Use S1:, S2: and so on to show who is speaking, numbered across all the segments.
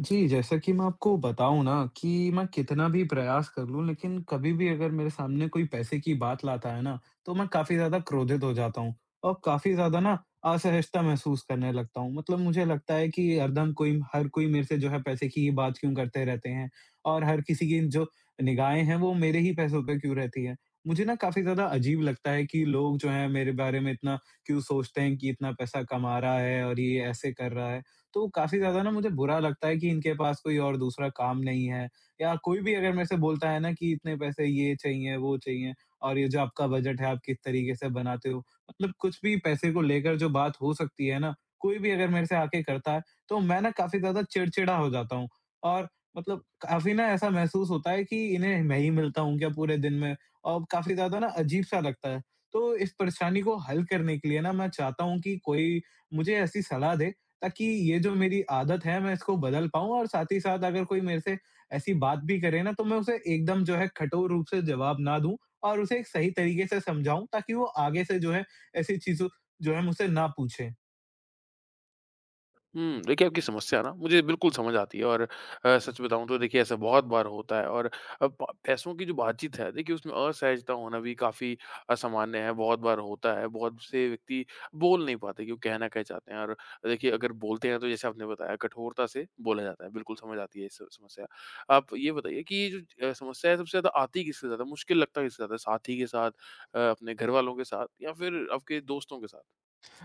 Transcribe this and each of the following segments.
S1: जी, जैसा कि मैं आपको बताऊँ ना कि मैं कितना भी प्रयास कर लूँ, लेकिन कभी भी अगर मेरे सामने कोई पैसे की बात लाता है ना, तो मैं काफ़ी ज़्यादा क्रोधित हो जाता हूँ और काफ़ी ज़्यादा ना असहजता महसूस करने लगता हूँ। मतलब मुझे लगता है कि हरदम कोई हर कोई मेरे से जो है पैसे की ही बात क्यों करते रहते हैं, और हर किसी की जो निगाहें हैं वो मेरे ही पैसों पे क्यों रहती हैं। मुझे ना काफ़ी ज़्यादा अजीब लगता है कि लोग जो हैं मेरे बारे में इतना क्यों सोचते हैं कि इतना पैसा कमा रहा है और ये ऐसे कर रहा है। तो काफ़ी ज़्यादा ना मुझे बुरा लगता है कि इनके पास कोई और दूसरा काम नहीं है, या कोई भी अगर मेरे से बोलता है ना कि इतने पैसे ये चाहिए, वो चाहिए और ये जो आपका बजट है आप किस तरीके से बनाते हो। मतलब कुछ भी पैसे को लेकर जो बात हो सकती है ना, कोई भी अगर मेरे से आके करता है, तो मैं ना काफ़ी ज़्यादा चिड़चिड़ा हो जाता हूँ और मतलब काफ़ी ना ऐसा महसूस होता है कि इन्हें मैं ही मिलता हूँ क्या पूरे दिन में, और काफ़ी ज़्यादा ना अजीब-सा लगता है। तो इस परेशानी को हल करने के लिए ना मैं चाहता हूँ कि कोई मुझे ऐसी सलाह दे ताकि ये जो मेरी आदत है मैं इसको बदल पाऊँ, और साथ ही साथ अगर कोई मेरे से ऐसी बात भी करे ना, तो मैं उसे एकदम जो है कठोर रूप से जवाब ना दूँ और उसे एक सही तरीके से समझाऊँ ताकि वो आगे से जो है ऐसी चीज़ों जो है मुझसे ना पूछे।
S2: देखिए, आपकी समस्या ना मुझे बिल्कुल समझ आती है। और सच बताऊँ तो देखिए, ऐसा बहुत बार होता है। और प पैसों की जो बातचीत है, देखिए उसमें असहजता होना भी काफ़ी असामान्य है, बहुत बार होता है। बहुत से व्यक्ति बोल नहीं पाते कि वो कहना क्या चाहते हैं। और देखिए, अगर बोलते हैं तो जैसे आपने बताया, कठोरता से बोला जाता है। बिल्कुल समझ आती है ये स समस्या। आप ये बताइए कि ये जो समस्या है, सबसे ज़्यादा आती किससे, ज़्यादा मुश्किल लगता किससे ज़्यादा है? साथी के साथ, अपने घरवालों के साथ, या फिर आपके दोस्तों के साथ?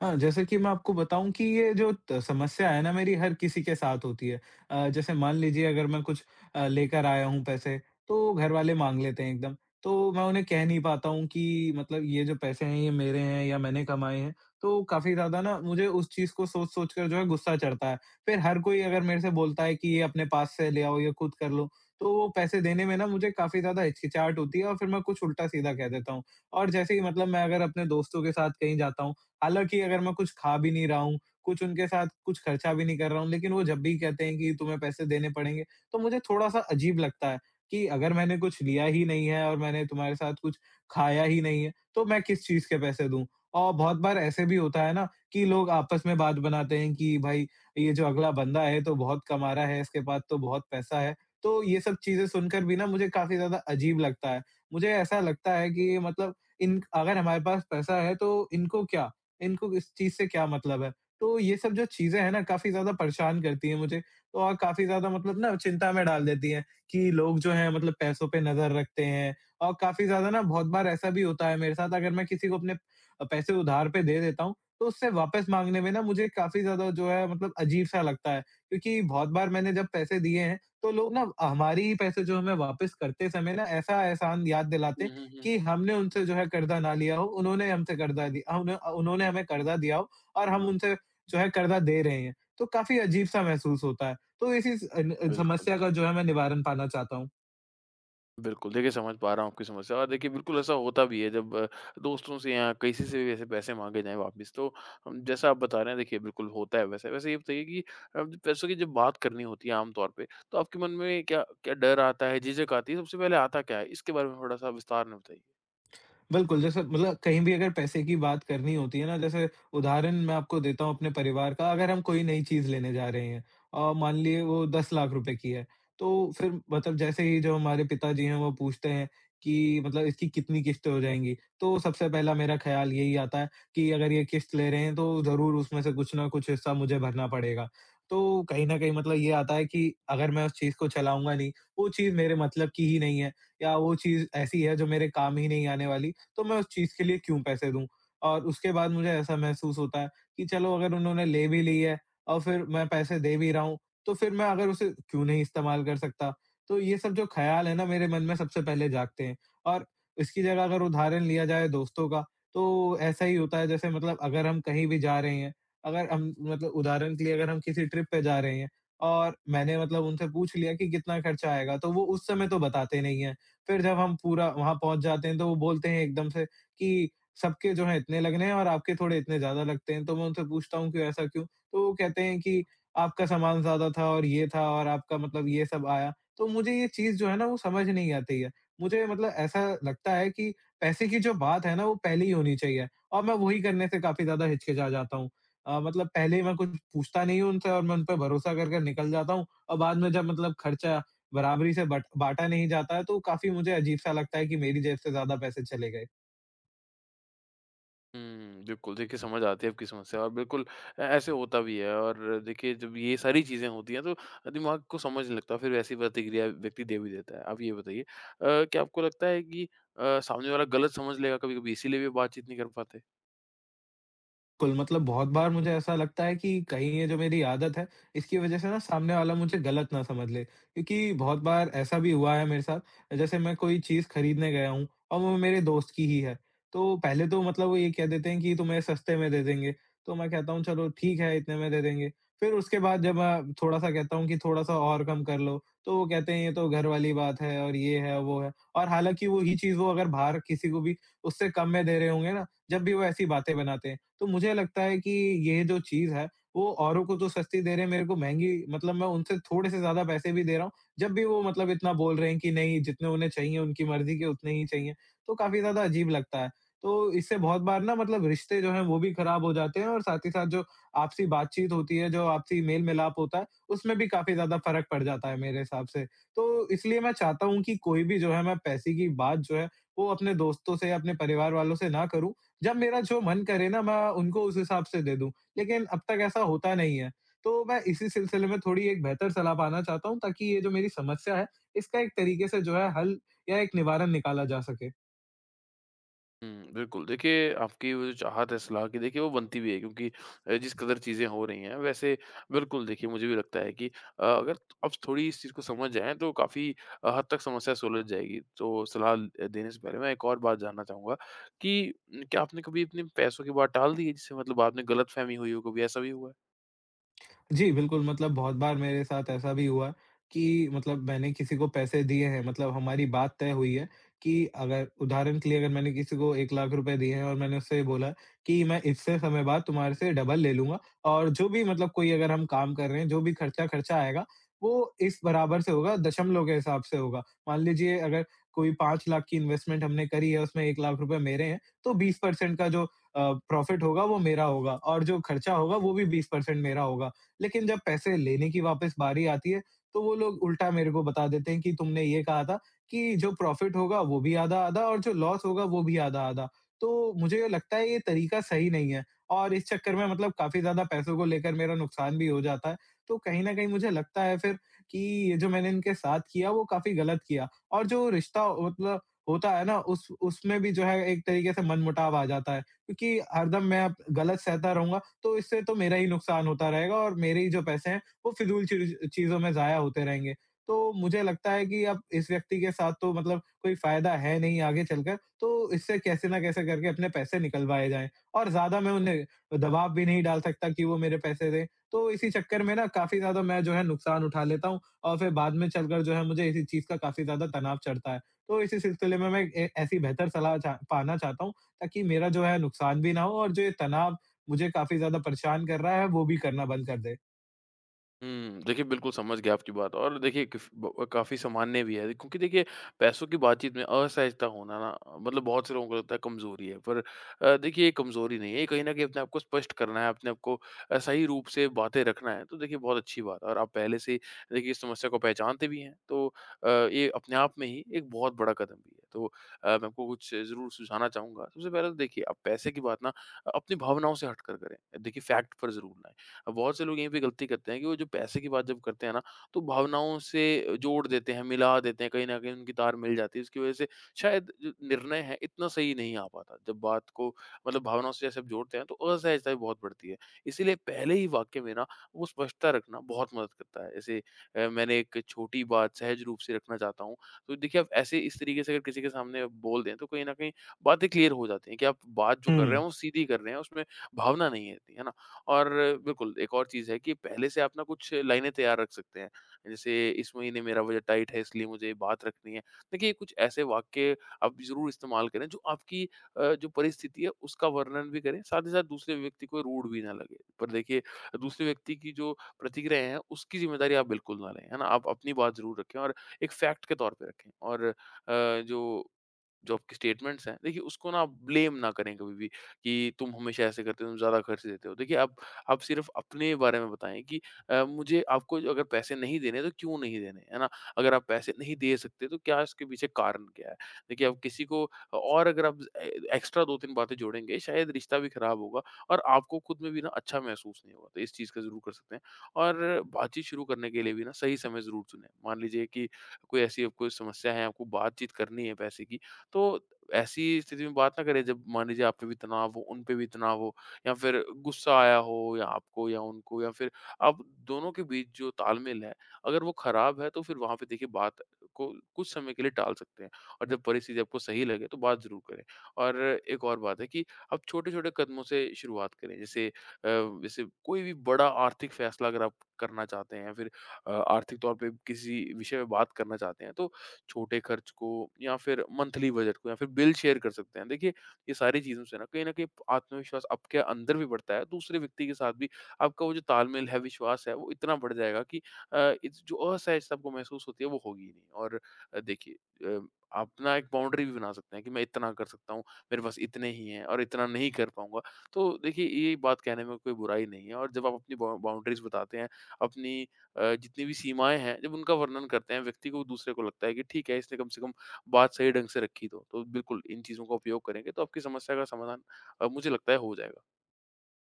S1: हाँ, जैसे कि मैं आपको बताऊँ कि ये जो त समस्या है ना मेरी हर किसी के साथ होती है। जैसे मान लीजिए अगर मैं कुछ लेकर आया हूँ पैसे, तो घर वाले माँग लेते हैं एकदम। तो मैं उन्हें कह नहीं पाता हूँ कि मतलब ये जो पैसे हैं ये मेरे हैं या मैंने कमाए हैं। तो काफ़ी ज़्यादा ना मुझे उस चीज़ को सोच-सोच कर जो है गुस्सा चढ़ता है। फिर हर कोई अगर मेरे से बोलता है कि ये अपने पास से ले आओ या खुद कर लो, तो वो पैसे देने में ना मुझे काफ़ी ज़्यादा हिचकिचाहट होती है और फिर मैं कुछ उल्टा-सीधा कह देता हूँ। और जैसे ही मतलब मैं अगर अपने दोस्तों के साथ कहीं जाता हूँ, हालाँकि अगर मैं कुछ खा भी नहीं रहा हूँ, कुछ उनके साथ कुछ खर्चा भी नहीं कर रहा हूँ, लेकिन वो जब भी कहते हैं कि तुम्हें पैसे देने पड़ेंगे, तो मुझे थोड़ा-सा अजीब लगता है कि अगर मैंने कुछ लिया ही नहीं है और मैंने तुम्हारे साथ कुछ खाया ही नहीं है, तो मैं किस चीज़ के पैसे दूँ? और बहुत बार ऐसे भी होता है ना कि लोग आपस में बात बनाते हैं कि भाई ये जो अगला बंदा है तो बहुत कमा रहा है, इसके पास तो बहुत पैसा है। तो ये सब चीज़ें सुनकर भी ना मुझे काफ़ी ज़्यादा अजीब लगता है। मुझे ऐसा लगता है कि मतलब इन अगर हमारे पास पैसा है तो इनको क्या? इनको इस चीज़ से क्या मतलब है? तो ये सब जो चीज़ें हैं ना काफ़ी ज़्यादा परेशान करती हैं मुझे तो, और काफ़ी ज़्यादा मतलब ना चिंता में डाल देती हैं कि लोग जो हैं मतलब पैसों पे नज़र रखते हैं। और काफ़ी ज़्यादा ना बहुत बार ऐसा भी होता है मेरे साथ, अगर मैं किसी को अपने पैसे उधार पे दे देता हूँ, तो उससे वापस माँगने में ना मुझे काफ़ी ज़्यादा जो है मतलब अजीब-सा लगता है। क्योंकि बहुत बार मैंने जब पैसे दिए हैं, तो लोग ना हमारे ही पैसे जो हमें वापस करते समय ना ऐसा एहसान याद
S2: हुँ,
S1: दिलाते
S2: हुँ, हुँ,
S1: कि
S2: हुँ।
S1: हमने उनसे जो है कर्ज़ा ना लिया हो, उन्होंने हमसे कर्ज़ा दिया उन्होंने हमें कर्ज़ा दिया हो और हम उनसे जो है कर्ज़ा दे रहे हैं। तो काफ़ी अजीब-सा महसूस होता है। तो इसी
S2: बिल्कुल।
S1: समस्या का जो है मैं निवारण पाना चाहता हूँ।
S2: बिल्कुल, देखिए, समझ पा रहा हूँ आपकी समस्या। और देखिए, बिल्कुल ऐसा होता भी है जब दोस्तों से या किसी से भी ऐसे पैसे माँगे जाएँ वापस। तो जैसा आप बता रहे हैं, देखिए बिल्कुल होता है वैसे। वैसे ये बताइए कि जब पैसों की जब बात करनी होती है आम तौर पे, तो आपके मन में क्या क्या डर आता है, झिझक आती है? सबसे पहले आता क्या है? इसके बारे में थोड़ा-सा विस्तार में बताइए।
S1: बिल्कुल, जैसे मतलब कहीं भी अगर पैसे की बात करनी होती है ना, जैसे उदाहरण मैं आपको देता हूँ अपने परिवार का, अगर हम कोई नई चीज़ लेने जा रहे हैं, मान लिए वो 10 लाख रुपए की है, तो फिर मतलब जैसे ही जो हमारे पिताजी हैं वो पूछते हैं कि मतलब इसकी कितनी किश्तें हो जाएँगी? तो सबसे पहला मेरा ख़्याल यही आता है कि अगर ये किश्त ले रहे हैं तो ज़रूर उसमें से कुछ न कुछ हिस्सा मुझे भरना पड़ेगा। तो कहीं न कहीं मतलब ये आता है कि अगर मैं उस चीज़ को चलाऊँगा नहीं, वो चीज़ मेरे मतलब की ही नहीं है या वो चीज़ ऐसी है जो मेरे काम ही नहीं आने वाली, तो मैं उस चीज़ के लिए क्यों पैसे दूँ? और उसके बाद मुझे ऐसा महसूस होता है कि चलो अगर उन्होंने ले भी ली है और फिर मैं पैसे दे भी रहा हूँ, तो फिर मैं अगर उसे क्यों नहीं इस्तेमाल कर सकता? तो ये सब जो ख़्याल है ना मेरे मन में सबसे पहले जागते हैं। और इसकी जगह अगर उदाहरण लिया जाए दोस्तों का, तो ऐसा ही होता है, जैसे मतलब अगर हम कहीं भी जा रहे हैं, अगर हम मतलब उदाहरण के लिए अगर हम किसी ट्रिप पे जा रहे हैं और मैंने मतलब उनसे पूछ लिया कि कितना खर्चा आएगा, तो वो उस समय तो बताते नहीं हैं। फिर जब हम पूरा वहाँ पहुँच जाते हैं, तो वो बोलते हैं एकदम से कि सबके जो है इतने लगने हैं और आपके थोड़े इतने ज़्यादा लगते हैं। तो मैं उनसे पूछता हूँ कि ऐसा क्यों? तो वो कहते हैं कि आपका सामान ज़्यादा था और ये था और आपका मतलब ये सब आया। तो मुझे ये चीज़ जो है ना वो समझ नहीं आती है। मुझे मतलब ऐसा लगता है कि पैसे की जो बात है ना वो पहले ही होनी चाहिए, और मैं वही करने से काफ़ी ज़्यादा हिचकिचा जाता हूँ। मतलब पहले ही मैं कुछ पूछता नहीं हूँ उनसे और मैं उन पे भरोसा कर निकल जाता हूँ और बाद में जब मतलब खर्चा बराबरी से बट बाँटा नहीं जाता है, तो काफ़ी मुझे अजीब-सा लगता है कि मेरी जेब से ज़्यादा पैसे चले गए।
S2: हुँ, बिल्कुल। देखिए, समझ आती है आपकी समस्या। और बिल्कुल ऐ ऐसे होता भी है। और देखिए, जब ये सारी चीज़ें होती हैं, तो दिमाग को समझ नहीं लगता, फिर वैसी प्रतिक्रिया व्यक्ति दे भी देता है। आप ये बताइए, क्या आपको लगता है कि सामने वाला गलत समझ लेगा कभी-कभी, इसीलिए भी बातचीत नहीं कर पाते?
S1: बिल्कुल, मतलब बहुत बार मुझे ऐसा लगता है कि कहीं ये जो मेरी आदत है, इसकी वजह से ना सामने वाला मुझे गलत ना समझ ले। क्योंकि बहुत बार ऐसा भी हुआ है मेरे साथ, जैसे मैं कोई चीज़ खरीदने गया हूँ और वो मेरे दोस्त की ही है। तो पहले तो मतलब वो ये कह देते हैं कि तुम्हें सस्ते में दे देंगे, तो मैं कहता हूँ चलो ठीक है इतने में दे देंगे। फिर उसके बाद जब मैं थोड़ा-सा कहता हूँ कि थोड़ा-सा और कम कर लो, तो वो कहते हैं ये तो घर वाली बात है और ये है, वो है। और हालाँकि वो ही चीज़ वो अगर बाहर किसी को भी उससे कम में दे रहे होंगे ना, जब भी वो ऐसी बातें बनाते हैं। तो मुझे लगता है कि ये जो चीज़ है, वो औरों को तो सस्ती दे रहे हैं, मेरे को महँगी, मतलब मैं उनसे थोड़े से ज़्यादा पैसे भी दे रहा हूँ, जब भी वो मतलब इतना बोल रहे हैं कि नहीं जितने उन्हें चाहिए, उनकी मर्ज़ी के उतने ही चाहिए, तो काफ़ी ज़्यादा अजीब लगता है। तो इससे बहुत बार ना मतलब रिश्ते जो हैं, वो भी खराब हो जाते हैं और साथ ही साथ जो आपसी बातचीत होती है, जो आपसी मेल-मिलाप होता है, उसमें भी काफ़ी ज़्यादा फ़र्क पड़ जाता है मेरे हिसाब से। तो इसलिए मैं चाहता हूँ कि कोई भी जो है, मैं पैसे की बात जो है, वो अपने दोस्तों से या अपने परिवार वालों से ना करूँ, जब मेरा जो मन करे ना मैं उनको उस हिसाब से दे दूँ, लेकिन अब तक ऐसा होता नहीं है। तो मैं इसी सिलसिले में थोड़ी एक बेहतर सलाह पाना चाहता हूँ ताकि ये जो मेरी समस्या है इसका एक तरीके से जो है हल या एक निवारण निकाला जा सके।
S2: हुँ, बिल्कुल। देखिए, आपकी वो जो चाहत है सलाह की, देखिए, वो बनती भी है, क्योंकि जिस कदर चीज़ें हो रही हैं वैसे, बिल्कुल देखिए, मुझे भी लगता है कि अगर आप थोड़ी इस चीज़ को समझ जाएँ, तो काफ़ी हद तक समस्या सुलझ जाएगी। तो सलाह देने से पहले मैं एक और बात जानना चाहूँगा, कि क्या आपने कभी अपने पैसों की बात टाल दी है, जिससे मतलब बाद में गलतफ़हमी हुई हो? कभी ऐसा भी हुआ है?
S1: जी, बिल्कुल, मतलब बहुत बार मेरे साथ ऐसा भी हुआ कि मतलब मैंने किसी को पैसे दिए हैं, मतलब हमारी बात तय हुई है कि अगर उदाहरण के लिए अगर मैंने किसी को ₹1,00,000 दिए हैं और मैंने उससे बोला कि मैं इतने समय बाद तुम्हारे से डबल ले लूँगा, और जो भी मतलब कोई अगर हम काम कर रहे हैं, जो भी खर्चा खर्चा आएगा, वो इस बराबर से होगा, दशमलव के हिसाब से होगा। मान लीजिए अगर कोई 5,00,000 की इन्वेस्टमेंट हमने करी है, उसमें ₹1,00,000 मेरे हैं, तो 20% का जो अ, प्रॉफ़िट होगा वो मेरा होगा और जो खर्चा होगा वो भी 20% मेरा होगा। लेकिन जब पैसे लेने की वापस बारी आती है, तो वो लोग उल्टा मेरे को बता देते हैं कि तुमने ये कहा था कि जो प्रॉफ़िट होगा वो भी आधा-आधा और जो लॉस होगा वो भी आधा-आधा। तो मुझे लगता है ये तरीका सही नहीं है, और इस चक्कर में मतलब काफ़ी ज़्यादा पैसों को लेकर मेरा नुकसान भी हो जाता है। तो कहीं न कहीं मुझे लगता है फिर कि ये जो मैंने इनके साथ किया वो काफ़ी गलत किया, और जो रिश्ता मतलब होता है ना उस उसमें भी जो है एक तरीके से मनमुटाव आ जाता है क्योंकि हरदम मैं अप गलत सहता रहूँगा, तो इससे तो मेरा ही नुकसान होता रहेगा और मेरे ही जो पैसे हैं वो फिजूल चीज़ों में ज़ाया होते रहेंगे। तो मुझे लगता है कि अब इस व्यक्ति के साथ तो मतलब कोई फ़ायदा है नहीं आगे चलकर, तो इससे कैसे न कैसे करके अपने पैसे निकलवाए जाएँ और ज़्यादा मैं उन्हें दबाव भी नहीं डाल सकता कि वो मेरे पैसे दें। तो इसी चक्कर में ना काफ़ी ज़्यादा मैं जो है नुकसान उठा लेता हूँ और फिर बाद में चलकर जो है मुझे इसी चीज़ का काफ़ी ज़्यादा तनाव चढ़ता है। तो इसी सिलसिले में मैं ए ऐसी बेहतर सलाह चा पाना चाहता हूँ ताकि मेरा जो है नुकसान भी ना हो और जो ये तनाव मुझे काफ़ी ज़्यादा परेशान कर रहा है, वो भी करना बंद कर दे।
S2: देखिए, बिल्कुल समझ गया आपकी बात। और देखिए, किफ ब काफ़ी सामान्य भी है, क्योंकि देखिए, पैसों की बातचीत में असहजता होना ना, मतलब बहुत से लोगों को लगता है कमज़ोरी है, पर देखिए, ये कमज़ोरी नहीं है। ये कहीं न कहीं अपने आप को स्पष्ट करना है, अपने आप को सही रूप से बातें रखना है। तो देखिए, बहुत अच्छी बात है, और आप पहले से ही देखिए इस समस्या को पहचानते भी हैं। तो ये अपने आप में ही एक बहुत बड़ा कदम भी है। तो मैं आपको कुछ ज़रूर सुझाना चाहूँगा। सबसे पहले तो देखिए, आप पैसे की बात ना अपनी भावनाओं से हटकर करें, देखिए फैक्ट पर ज़रूर ना। बहुत से लोग यहीं पे गलती करते हैं कि वो जो पैसे की बात जब करते हैं ना, तो भावनाओं से जोड़ देते हैं, मिला देते हैं, कहीं न कहीं उनकी तार मिल जाती है। उसकी वज़ह से शायद जो निर्णय है, इतना सही नहीं आ पाता। जब बात को मतलब भावनाओं से जैसे आप जोड़ते हैं, तो असहजता भी बहुत बढ़ती है। इसीलिए पहले ही वाक्य में ना वो स्पष्टता रखना बहुत मदद करता है। जैसे मैंने एक छोटी बात सहज रूप से रखना चाहता हूँ। तो देखिए, आप ऐसे इस तरीके से अगर किसी के सामने आप बोल दें, तो कहीं न कहीं बातें क्लियर हो जाती हैं कि आप बात जो कर रहे
S1: हुँ।
S2: हैं वो सीधी कर रहे हैं, उसमें भावना नहीं है, है ना? और बिल्कुल, एक और चीज़ है कि पहले से आप ना कुछ लाइनें तैयार रख सकते हैं। जैसे, इस महीने मेरा बजट टाइट है, इसलिए मुझे ये बात रखनी है। देखिए, कुछ ऐसे वाक्य आप ज़रूर इस्तेमाल करें जो आपकी जो परिस्थिति है उसका वर्णन भी करें, साथ ही साथ दूसरे व्यक्ति को रूड भी ना लगे। पर देखिए, दूसरे व्यक्ति की जो प्रतिक्रिया है, उसकी ज़िम्मेदारी आप बिल्कुल ना लें, है ना? आप अपनी बात ज़रूर रखें, और एक फैक्ट के तौर पे रखें। और जो जो आपकी स्टेटमेंट्स हैं, देखिए, उसको ना आप ब्लेम ना करें कभी भी कि तुम हमेशा ऐसे करते हो, तुम ज़्यादा खर्च देते हो। देखिए, आप सिर्फ़ अपने बारे में बताएँ कि मुझे आपको जो अगर पैसे नहीं देने तो क्यों नहीं देने, है ना? अगर आप पैसे नहीं दे सकते, तो क्या इसके पीछे कारण क्या है? देखिए, आप किसी को, और अगर आप ए एक्स्ट्रा 2-3 बातें जोड़ेंगे, शायद रिश्ता भी ख़राब होगा और आपको खुद में भी ना अच्छा महसूस नहीं होगा। तो इस चीज़ का ज़रूर कर सकते हैं। और बातचीत शुरू करने के लिए भी ना, सही समय ज़रूर चुनें। मान लीजिए कि कोई ऐसी आपको समस्या है, आपको बातचीत करनी है पैसे की, तो ऐसी स्थिति में बात ना करें जब मान लीजिए आप पे भी तनाव हो, उन पे भी तनाव हो, या फिर गुस्सा आया हो या आपको या उनको, या फिर आप दोनों के बीच जो तालमेल है, अगर वो खराब है, तो फिर वहाँ पे देखिए, बात को कुछ समय के लिए टाल सकते हैं। और जब परिस्थिति आपको सही लगे, तो बात ज़रूर करें। और एक और बात है कि आप छोटे-छोटे कदमों से शुरुआत करें। जैसे जैसे कोई भी बड़ा आर्थिक फैसला अगर आप करना चाहते हैं, या फिर आर्थिक तौर पे किसी विषय में बात करना चाहते हैं, तो छोटे खर्च को, या फिर मंथली बजट को, या फिर बिल शेयर कर सकते हैं। देखिए, ये सारी चीज़ों से ना कहीं न कहीं आत्मविश्वास आपके अंदर भी बढ़ता है, दूसरे व्यक्ति के साथ भी आपका वो जो तालमेल है, विश्वास है, वो इतना बढ़ जाएगा कि इस जो असहजता आपको महसूस होती है, वो होगी ही नहीं। और देखिए, अ, आप ना एक बाउंड्री भी बना सकते हैं कि मैं इतना कर सकता हूँ, मेरे पास इतने ही हैं और इतना नहीं कर पाऊँगा। तो देखिए, ये बात कहने में कोई बुराई नहीं है। और जब आप अपनी बाउंड्रीज़ बताते हैं, अपनी जितनी भी सीमाएँ हैं, जब उनका वर्णन करते हैं, व्यक्ति को, दूसरे को लगता है कि ठीक है, इसने कम से कम बात सही ढंग से रखी तो। तो बिल्कुल, इन चीज़ों का उपयोग करेंगे तो आपकी समस्या का समाधान मुझे लगता है हो जाएगा।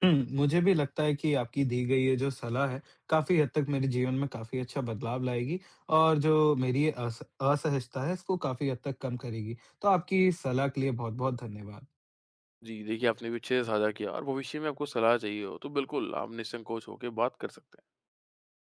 S1: हुँ, मुझे भी लगता है कि आपकी दी गई ये जो सलाह है, काफ़ी हद तक मेरे जीवन में काफ़ी अच्छा बदलाव लाएगी और जो मेरी ये अस असहजता है, इसको काफ़ी हद तक कम करेगी। तो आपकी इस सलाह के लिए बहुत-बहुत धन्यवाद।
S2: जी, देखिए, आपने भी अच्छे से साझा किया, और भविष्य में आपको सलाह चाहिए हो, तो बिल्कुल आप निसंकोच होके बात कर सकते हैं।